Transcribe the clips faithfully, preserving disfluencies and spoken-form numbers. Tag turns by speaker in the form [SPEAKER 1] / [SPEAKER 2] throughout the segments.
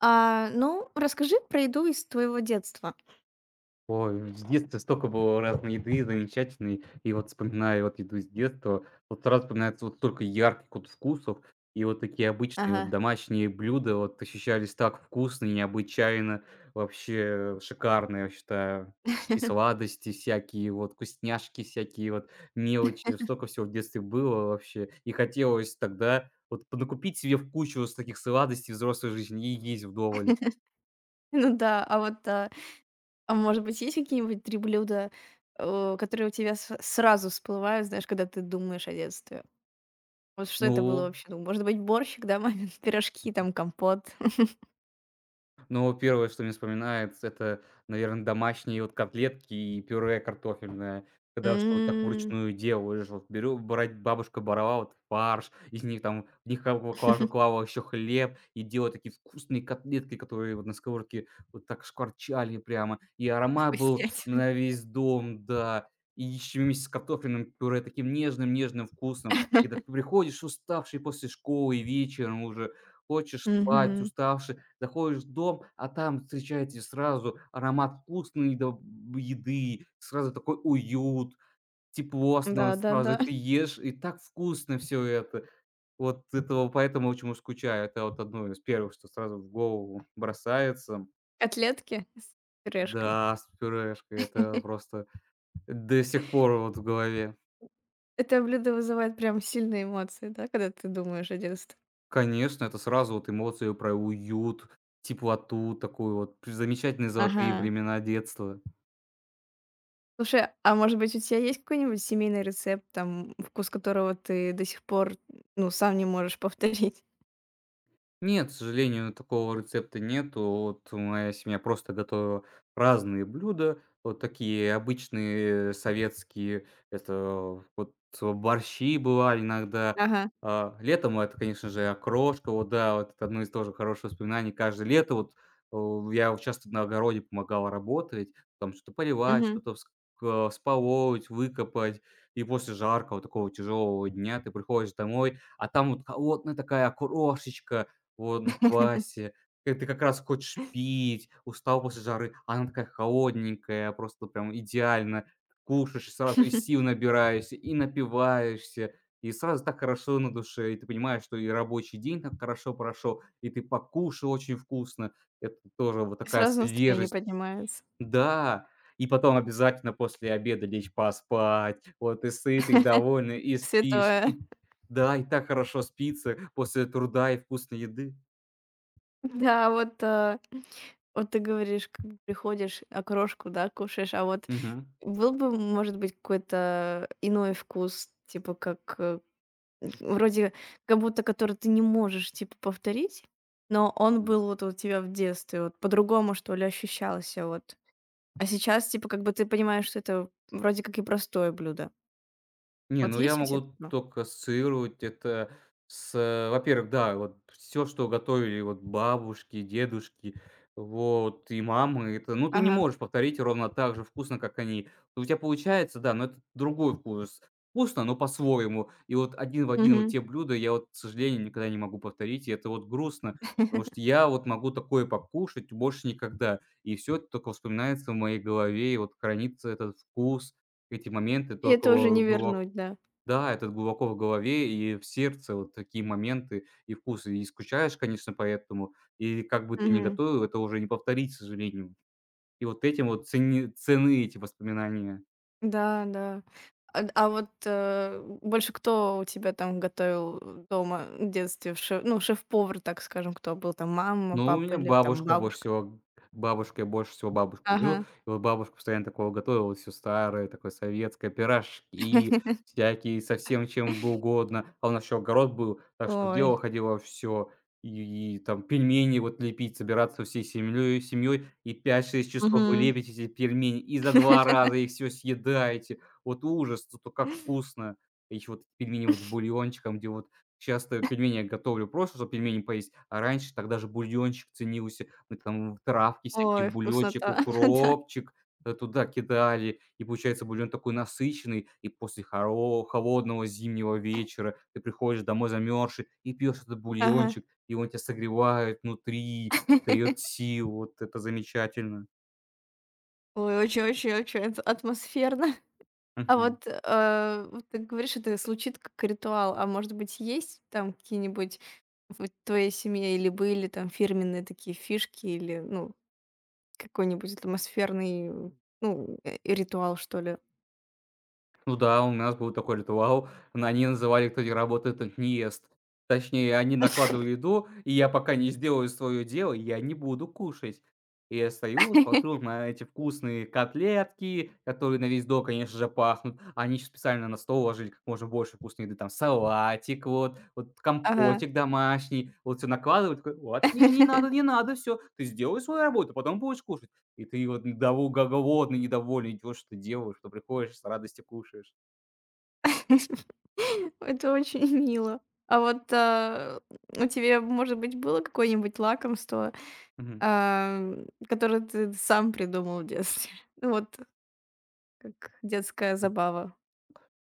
[SPEAKER 1] А, ну, расскажи про еду из твоего детства.
[SPEAKER 2] Ой, в детстве столько было разной еды замечательной. И вот вспоминая вот еду с детства, вот сразу вспоминается вот столько ярких вот вкусов. И вот такие обычные вот
[SPEAKER 1] Ага.
[SPEAKER 2] домашние блюда вот ощущались так вкусно и необычайно. Вообще шикарно, я считаю. И сладости всякие, вот вкусняшки всякие, вот мелочи. вот Столько всего в детстве было вообще. И хотелось тогда вот понакупить себе в кучу с таких сладостей взрослой жизни и есть вдоволь.
[SPEAKER 1] Ну да, а вот, а, а может быть, есть какие-нибудь три блюда, э, которые у тебя с сразу всплывают, знаешь, когда ты думаешь о детстве? Вот что это было
[SPEAKER 2] Ну
[SPEAKER 1] вообще? Ну, может быть, борщик, да, мамин, пирожки, там, компот.
[SPEAKER 2] Ну, первое, что мне вспоминается, это, наверное, домашние вот котлетки и пюре картофельное. Когда все вот так
[SPEAKER 1] М.
[SPEAKER 2] вручную делаешь, вот беру брать бабушка брала вот фарш, из них там в них кла клала клала еще хлеб и делала такие вкусные котлетки, которые вот на сковородке вот так шкварчали прямо. И аромат был
[SPEAKER 1] Вкуснятина.
[SPEAKER 2] на весь дом, да. И еще вместе с картофельным пюре таким нежным нежным вкусным. И когда ты приходишь уставший после школы вечером уже, хочешь спать
[SPEAKER 1] Мгм.
[SPEAKER 2] уставший, Заходишь в дом, а там встречаете сразу аромат вкусной до еды, сразу такой уют, тепло становится сразу. И
[SPEAKER 1] Да-да-да.
[SPEAKER 2] ты ешь, и так вкусно все это. Вот этого поэтому очень уж скучаю. Это вот одно из первых, что сразу в голову бросается.
[SPEAKER 1] Котлетки с пюрешкой.
[SPEAKER 2] Да, с пюрешкой. Это просто до сих пор вот в голове.
[SPEAKER 1] Это блюдо вызывает прям сильные эмоции, да, когда ты думаешь о детстве?
[SPEAKER 2] Конечно, это сразу вот эмоции про уют, теплоту, такую вот замечательные золотые
[SPEAKER 1] Ага.
[SPEAKER 2] времена детства.
[SPEAKER 1] Слушай, а может быть, у тебя есть какой-нибудь семейный рецепт, там, вкус которого ты до сих пор, ну, сам не можешь повторить?
[SPEAKER 2] Нет, к сожалению, такого рецепта нету. Вот моя семья просто готовила разные блюда. Вот такие обычные советские, это вот борщи бывали иногда.
[SPEAKER 1] Ага.
[SPEAKER 2] А, летом это, конечно же, окрошка. Вот да, вот это одно из тоже хороших воспоминаний. Каждое лето вот, о, я вот часто на огороде помогал работать, там что-то поливать,
[SPEAKER 1] Мгм.
[SPEAKER 2] что-то вск а, вспалоть, выкопать. И после жаркого такого тяжелого дня ты приходишь домой, а там вот холодная такая окрошечка. Вот на квасе. Э, ты как раз хочешь пить, устал после жары, а она такая холодненькая, просто прям идеально. Кушаешь, и сразу и сил набираешься, и напиваешься, и сразу так хорошо на душе. И ты понимаешь, что и рабочий день так хорошо прошел, и ты покушал очень вкусно. Это тоже вот такая
[SPEAKER 1] Сразу настроение
[SPEAKER 2] свежесть.
[SPEAKER 1] поднимается.
[SPEAKER 2] Да, и потом обязательно после обеда лечь поспать. Вот ты сытый, довольный и спишь.
[SPEAKER 1] Святое.
[SPEAKER 2] И да, и так хорошо спится после труда и вкусной еды.
[SPEAKER 1] Да, вот, э, вот ты говоришь, как бы приходишь, окрошку, да, кушаешь, а вот
[SPEAKER 2] Мгм.
[SPEAKER 1] был бы, может быть, какой-то иной вкус, типа как, э, вроде как будто который ты не можешь, типа, повторить, но он
[SPEAKER 2] М.
[SPEAKER 1] был вот у тебя в детстве, вот по-другому, что ли, ощущался, вот? А сейчас, типа, как бы ты понимаешь, что это вроде как и простое блюдо.
[SPEAKER 2] Не,
[SPEAKER 1] Вот
[SPEAKER 2] ну я
[SPEAKER 1] есть у тебя
[SPEAKER 2] могу
[SPEAKER 1] такое?
[SPEAKER 2] только ассоциировать это с, э, во-первых, да, вот все, что готовили вот бабушки, дедушки, вот, и мамы, это, ну, ты не
[SPEAKER 1] Ага.
[SPEAKER 2] можешь повторить ровно так же вкусно, как они. Вот У тебя получается, да, но это другой вкус. Вкусно, но по-своему. И вот один в один вот
[SPEAKER 1] Мгм.
[SPEAKER 2] те блюда я вот, к сожалению, никогда не могу повторить, и это вот грустно, потому что я вот могу такое покушать больше никогда. И все это только вспоминается в моей голове, и вот хранится этот вкус, эти моменты
[SPEAKER 1] И
[SPEAKER 2] только
[SPEAKER 1] это уже
[SPEAKER 2] во
[SPEAKER 1] не
[SPEAKER 2] глубоко
[SPEAKER 1] вернуть, да.
[SPEAKER 2] Да, это глубоко в голове и в сердце вот такие моменты и вкусы. И скучаешь, конечно, поэтому. И как бы ты ни
[SPEAKER 1] Мгм.
[SPEAKER 2] готовил, это уже не повторить, к сожалению. И вот этим вот цени цены эти воспоминания.
[SPEAKER 1] Да, да. А а вот, э, больше кто у тебя там готовил, э, дома в детстве? В ше ну, шеф-повар, так скажем, кто был там? Мама,
[SPEAKER 2] Ну, у
[SPEAKER 1] папа
[SPEAKER 2] меня
[SPEAKER 1] или там
[SPEAKER 2] бабушка больше
[SPEAKER 1] бабушка?
[SPEAKER 2] всего бабушка, я больше всего бабушку жил.
[SPEAKER 1] Ага.
[SPEAKER 2] И вот бабушка постоянно такое готовила, все старое, такое советское, пирожки всякие, со всем чем бы угодно. А у нас еще огород был, так что
[SPEAKER 1] Ой.
[SPEAKER 2] делала, ходила всё. И и там пельмени вот лепить, собираться всей семьей, семьей, и пять-шесть часов вы
[SPEAKER 1] Мгм.
[SPEAKER 2] лепите эти пельмени, и за два раза их все съедаете. Вот ужас, зато как вкусно! И еще вот пельмени вот с бульончиком, где вот, часто пельмени я готовлю просто, чтобы пельмени поесть, а раньше тогда же бульончик ценился, мы там травки всякие,
[SPEAKER 1] Ой,
[SPEAKER 2] бульончик,
[SPEAKER 1] вкуснота. Да.
[SPEAKER 2] укропчик, э, туда кидали, и получается бульон такой насыщенный. И после хоро холодного зимнего вечера ты приходишь домой замерзший и пьешь этот
[SPEAKER 1] Ага.
[SPEAKER 2] бульончик, и он тебя согревает внутри, дает сил. Вот это замечательно.
[SPEAKER 1] Ой, очень очень очень это атмосферно. А
[SPEAKER 2] Мгм.
[SPEAKER 1] вот, э, вот ты говоришь, это звучит как ритуал. А может быть, есть там какие-нибудь в твоей семье или были там фирменные такие фишки или, ну, какой-нибудь атмосферный, ну, э, э, ритуал, что ли?
[SPEAKER 2] Ну да, у нас был такой ритуал. Но они называли, кто не работает, тот не ест. Точнее, они накладывают еду, и я пока не сделаю свое дело, я не буду кушать. И я стою, смотрю на эти вкусные котлетки, которые на весь дом, конечно же, пахнут. Они еще специально на стол ложили как можно больше вкусной еды. Там салатик, вот, вот
[SPEAKER 1] Ага.
[SPEAKER 2] компотик домашний. Вот все накладывают. Такой, Вот, не, не надо, не надо, все. Ты сделай свою работу, потом будешь кушать. И ты вот недово голодный, недовольный идёшь, что делаешь, что приходишь, с радостью кушаешь.
[SPEAKER 1] Это очень мило. А вот, а, у тебя, может быть, было какое-нибудь лакомство,
[SPEAKER 2] Мгм.
[SPEAKER 1] ам, которое ты сам придумал в детстве? Ну, вот как детская забава.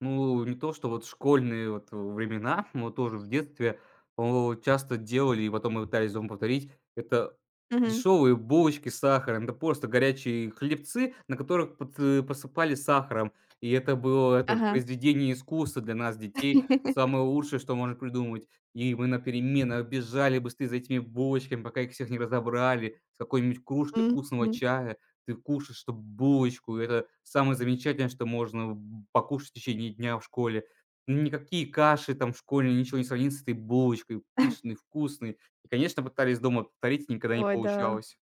[SPEAKER 2] Ну, не то, что вот школьные вот времена, но тоже в детстве, о, часто делали, и потом мы пытались дома повторить. Это
[SPEAKER 1] Мгм.
[SPEAKER 2] дешевые булочки с сахаром, это просто горячие хлебцы, на которых пот э, посыпали сахаром. И это было это
[SPEAKER 1] Ага.
[SPEAKER 2] произведение искусства для нас, детей, самое лучшее, что можно придумать. И мы на переменах бежали быстрее за этими булочками, пока их всех не разобрали, с какой-нибудь кружкой вкусного
[SPEAKER 1] Мгм.
[SPEAKER 2] чая ты кушаешь эту булочку, это самое замечательное, что можно б покушать в течение дня в школе. Ну, Никакие каши там в школе, ничего не сравнится с этой булочкой, пышной, вкусной. И, конечно, пытались дома повторить, никогда не
[SPEAKER 1] Ой, да.
[SPEAKER 2] получалось.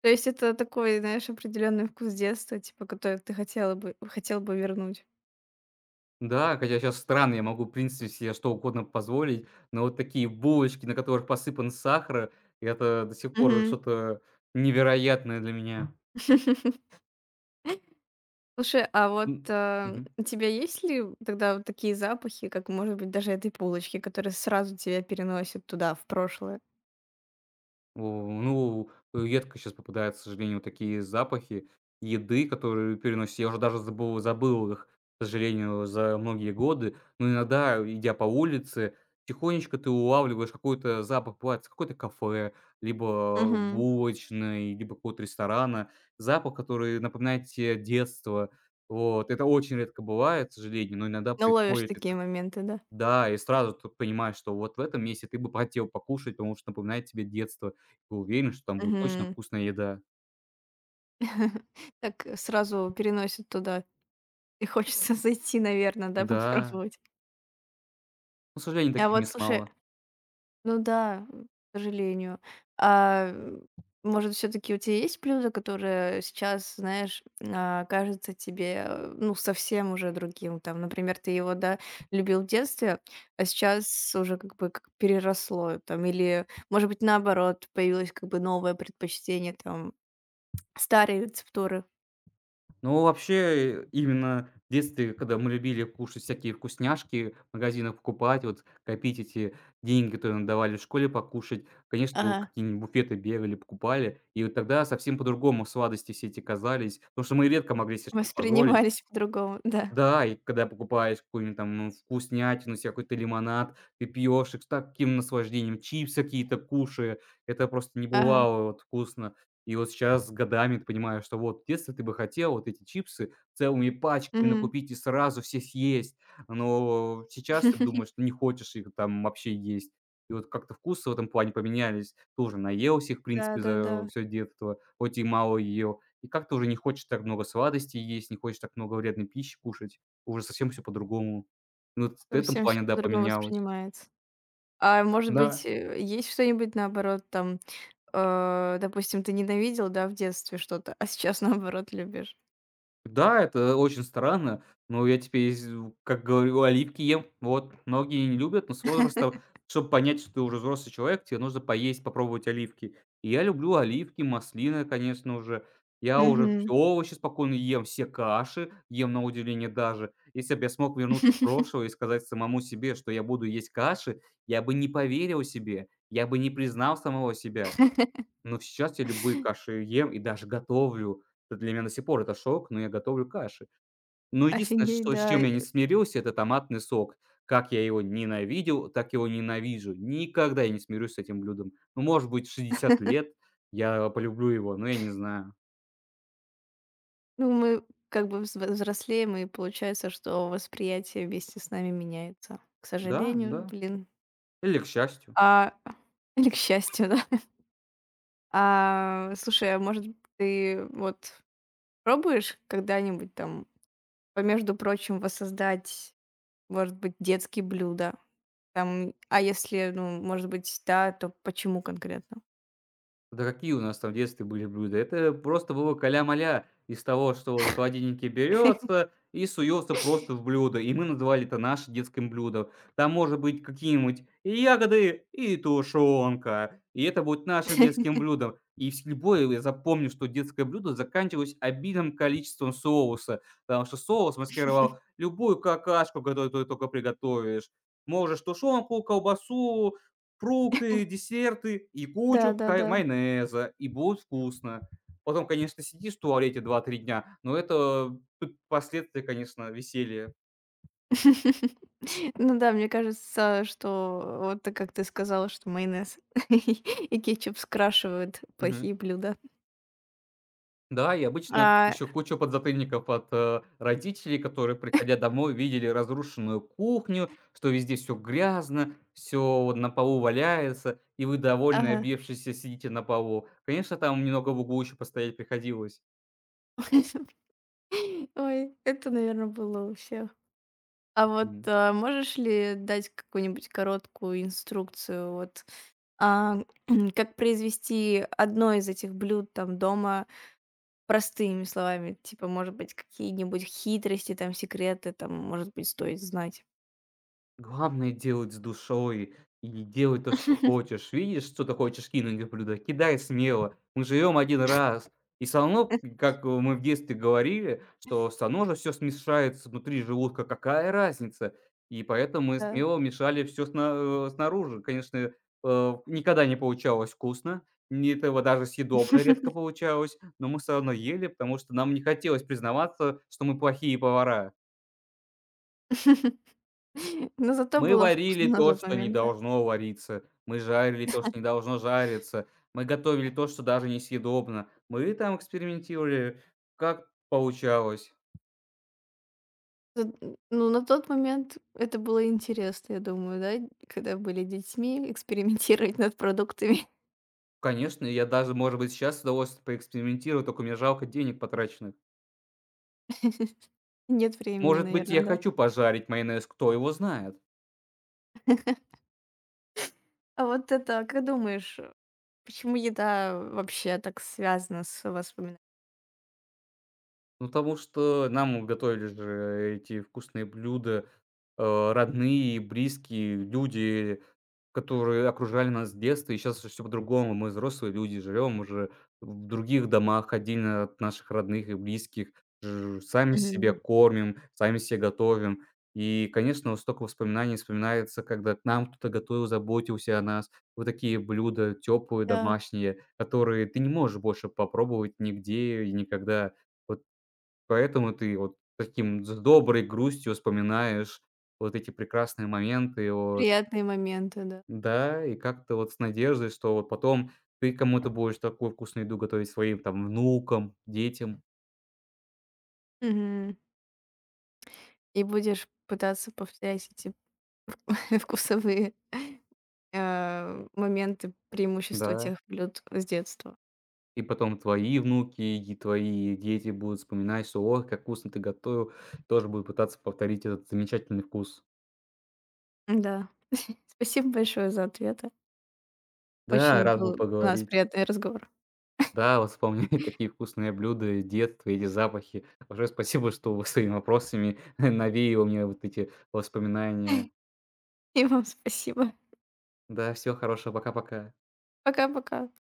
[SPEAKER 1] То есть это такой, знаешь, определенный вкус детства, типа, который ты хотела бы хотел бы вернуть.
[SPEAKER 2] Да, хотя сейчас странно, я могу, в принципе, себе что угодно позволить, но вот такие булочки, на которых посыпан сахар, это до сих пор
[SPEAKER 1] Мгм.
[SPEAKER 2] что-то невероятное для меня.
[SPEAKER 1] Слушай, а вот,
[SPEAKER 2] М.
[SPEAKER 1] а,
[SPEAKER 2] Мгм.
[SPEAKER 1] у тебя есть ли тогда вот такие запахи, как, может быть, даже этой булочки, которые сразу тебя переносят туда, в прошлое?
[SPEAKER 2] У, ну, э, редко сейчас попадают, к сожалению, вот такие запахи еды, которые переносишь. Я уже даже забыл забыл их, к сожалению, за многие годы. Но иногда, э, идя по улице, тихонечко ты улавливаешь какой-то запах, бывает, с какой-то кафе, либо
[SPEAKER 1] Мгм.
[SPEAKER 2] булочной, либо какого-то ресторана. Запах, который напоминает тебе детство. Вот. Это очень редко бывает, к сожалению, но иногда
[SPEAKER 1] Ну, ловишь
[SPEAKER 2] происходит
[SPEAKER 1] такие
[SPEAKER 2] это.
[SPEAKER 1] моменты, да?
[SPEAKER 2] Да, и сразу ты понимаешь, что вот в этом месте ты бы хотел покушать, потому что напоминает тебе детство. Ты уверен, что там будет точно
[SPEAKER 1] Мгм.
[SPEAKER 2] вкусная еда.
[SPEAKER 1] Так э, сразу переносит туда, и хочется зайти, наверное, да,
[SPEAKER 2] Да,
[SPEAKER 1] попробовать.
[SPEAKER 2] но, к сожалению,
[SPEAKER 1] А
[SPEAKER 2] таких
[SPEAKER 1] вот
[SPEAKER 2] мест
[SPEAKER 1] слушай.
[SPEAKER 2] мало.
[SPEAKER 1] Ну да, м, к сожалению. А, м, может, все таки у тебя есть блюдо, которое сейчас, знаешь, а, кажется тебе, э, ну, совсем уже другим? Там, например, ты его, да, любил в детстве, а сейчас уже как бы как переросло там. Или, может быть, наоборот, появилось как бы новое предпочтение, там старые рецептуры.
[SPEAKER 2] Ну вообще, э, именно в детстве, когда мы любили кушать всякие вкусняшки, в магазинах покупать, вот копить эти деньги, которые нам давали в школе покушать, конечно, вот
[SPEAKER 1] Ага.
[SPEAKER 2] какие-нибудь буфеты бегали, покупали. И вот тогда совсем по-другому сладости все эти казались, потому что мы редко могли себе что-то позволить.
[SPEAKER 1] Воспринимались по-другому, да.
[SPEAKER 2] Да, и когда покупаешь какую-нибудь там, ну, вкуснятину себе, какой-то лимонад, ты пьешь их с таким наслаждением, чипсы какие-то кушаешь, Это просто
[SPEAKER 1] Ага.
[SPEAKER 2] небывало вот вкусно. И вот сейчас с годами ты понимаешь, что вот в детстве ты бы хотел вот эти чипсы целыми пачками
[SPEAKER 1] Мгм.
[SPEAKER 2] накупить и сразу все съесть. Но сейчас ты думаешь, что не хочешь их там вообще есть. И вот как-то вкусы в этом плане поменялись. Тоже наелся их, в принципе,
[SPEAKER 1] Да-да-да.
[SPEAKER 2] за все детство, хоть и мало ел. И как-то уже не хочешь так много сладостей есть, не хочешь так много вредной пищи кушать. Уже совсем все по-другому. Ну, вот в этом
[SPEAKER 1] Совсем
[SPEAKER 2] плане,
[SPEAKER 1] всё
[SPEAKER 2] да,
[SPEAKER 1] по-другому
[SPEAKER 2] поменялось.
[SPEAKER 1] воспринимается. А может
[SPEAKER 2] Да.
[SPEAKER 1] быть, э, есть что-нибудь наоборот там, э, допустим, ты ненавидел, да, в детстве что-то, а сейчас наоборот любишь?
[SPEAKER 2] Да, это очень странно, но я теперь, из как говорю, оливки ем. Вот, многие не любят, но с возрастом, чтобы понять, что ты уже взрослый человек, тебе нужно поесть, попробовать оливки. И я люблю оливки, маслины, конечно, уже. Я уже все
[SPEAKER 1] Мгм.
[SPEAKER 2] овощи спокойно ем, все каши ем, на удивление даже. Если бы я смог вернуться в прошлое и сказать самому себе, что я буду есть каши, я бы не поверил себе, я бы не признал самого себя. Но сейчас я любые каши ем и даже готовлю. Это Для меня до сих пор это шок, но я готовлю каши. Но единственное,
[SPEAKER 1] Офигеть,
[SPEAKER 2] что с
[SPEAKER 1] да.
[SPEAKER 2] чем я не смирился — это томатный сок. Как я его ненавидел, так его ненавижу. Никогда я не смирюсь с этим блюдом. Ну, может быть, в шестьдесят лет я полюблю его, но я не знаю.
[SPEAKER 1] Ну, мы как бы взв взрослеем, и получается, что восприятие вместе с нами меняется. К
[SPEAKER 2] Да,
[SPEAKER 1] сожалению,
[SPEAKER 2] да.
[SPEAKER 1] блин.
[SPEAKER 2] Или к счастью.
[SPEAKER 1] А, или к счастью, да. А, слушай, а может, ты вот пробуешь когда-нибудь там, по между прочим, воссоздать. Может быть, детские блюда. Там, а если, ну, может быть, да, то почему конкретно?
[SPEAKER 2] Да какие у нас там в детстве были блюда? Это просто было каля-маля из того, что вот в холодильнике берется и суется просто в блюдо. И мы называли это нашим детским блюдом. Там может быть какие-нибудь и ягоды, и тушенка. И это будет нашим детским блюдом. И с любое я запомню, что детское блюдо заканчивалось обидным количеством соуса, потому что соус маскировал любую какашку, которую ты только приготовишь. Можешь тушенку, колбасу, фрукты, десерты и кучу ка
[SPEAKER 1] Да-да-да.
[SPEAKER 2] майонеза, и будет вкусно. Потом, конечно, сидишь в туалете два-три дня, но это тут последствия, конечно, веселья.
[SPEAKER 1] Ну да, мне кажется, что вот ты как ты сказала, что майонез и кетчуп скрашивают
[SPEAKER 2] Мгм.
[SPEAKER 1] плохие блюда.
[SPEAKER 2] Да, и обычно
[SPEAKER 1] А,
[SPEAKER 2] еще куча подзатыльников от, э, родителей, которые, приходя домой, видели разрушенную кухню, что везде все грязно, все на полу валяется, и вы, довольные,
[SPEAKER 1] ага.
[SPEAKER 2] объевшиеся, сидите на полу. Конечно, там немного в углу еще постоять приходилось.
[SPEAKER 1] Ой, это, наверное, было у всех. А вот,
[SPEAKER 2] Мгм.
[SPEAKER 1] а, можешь ли дать какую-нибудь короткую инструкцию, вот, а, как произвести одно из этих блюд там дома. Простыми словами, типа, может быть, какие-нибудь хитрости, там, секреты, там, может быть, стоит знать.
[SPEAKER 2] Главное делать с душой и делать то, что хочешь. Видишь, что-то хочешь кинуть в блюдо, кидай смело. Мы живем один раз. И всё равно, как э, мы в детстве говорили, что всё равно же все смешается внутри желудка, какая разница? И поэтому мы
[SPEAKER 1] Да.
[SPEAKER 2] смело мешали все снаружи. Конечно, э, никогда не получалось вкусно, ни этого даже съедобно редко получалось, но мы все равно ели, потому что нам не хотелось признаваться, что мы плохие повара.
[SPEAKER 1] Но зато
[SPEAKER 2] Мы
[SPEAKER 1] было
[SPEAKER 2] варили
[SPEAKER 1] вкусно на
[SPEAKER 2] то,
[SPEAKER 1] тот
[SPEAKER 2] что не
[SPEAKER 1] момент, да.
[SPEAKER 2] должно вариться, мы жарили то, что не должно жариться, мы готовили то, что даже несъедобно. Мы там экспериментировали, как получалось.
[SPEAKER 1] Т ну, на тот момент это было интересно, я думаю, да, когда были детьми, экспериментировать над продуктами.
[SPEAKER 2] Конечно, я даже, может быть, сейчас с удовольствием поэкспериментирую, только мне жалко денег потраченных.
[SPEAKER 1] Нет времени,
[SPEAKER 2] Может быть,
[SPEAKER 1] наверное,
[SPEAKER 2] я
[SPEAKER 1] да.
[SPEAKER 2] хочу пожарить майонез, кто его знает?
[SPEAKER 1] А вот это, а как думаешь, почему еда вообще так связана с воспоминаниями?
[SPEAKER 2] Ну, потому что нам вот готовили же эти вкусные блюда, э, родные и близкие люди, которые окружали нас с детства. И сейчас уже по-другому. Мы взрослые люди, живем уже в других домах отдельно от наших родных и близких, ж сами себя
[SPEAKER 1] Мгм.
[SPEAKER 2] кормим, сами себе готовим. И, конечно, вот столько воспоминаний вспоминается, когда к нам кто-то готовил, заботился о нас. Вот такие блюда теплые,
[SPEAKER 1] Да, А
[SPEAKER 2] домашние, которые ты не можешь больше попробовать нигде и никогда. Вот Поэтому ты вот таким с доброй грустью вспоминаешь вот эти прекрасные моменты, вот.
[SPEAKER 1] приятные моменты, да.
[SPEAKER 2] Да, и как-то вот с надеждой, что вот потом ты кому-то будешь такую вкусную еду готовить своим там внукам, детям,
[SPEAKER 1] Мгм. И будешь пытаться повторять эти вкусовые, э, моменты, преимущества
[SPEAKER 2] да.
[SPEAKER 1] тех блюд с детства.
[SPEAKER 2] И потом твои внуки и твои дети будут вспоминать, что: "Ох, как вкусно ты готовил". Тоже будут пытаться повторить этот замечательный вкус.
[SPEAKER 1] Да. Спасибо большое за ответы.
[SPEAKER 2] Да,
[SPEAKER 1] Очень
[SPEAKER 2] рад был
[SPEAKER 1] был у нас
[SPEAKER 2] поговорить.
[SPEAKER 1] приятный разговор.
[SPEAKER 2] Да, вот вспомнили такие вкусные блюда из детства, эти запахи. Большое спасибо, что вы своими вопросами навеяло мне вот эти воспоминания.
[SPEAKER 1] И вам спасибо.
[SPEAKER 2] Да, всего хорошего, пока-пока.
[SPEAKER 1] Пока-пока.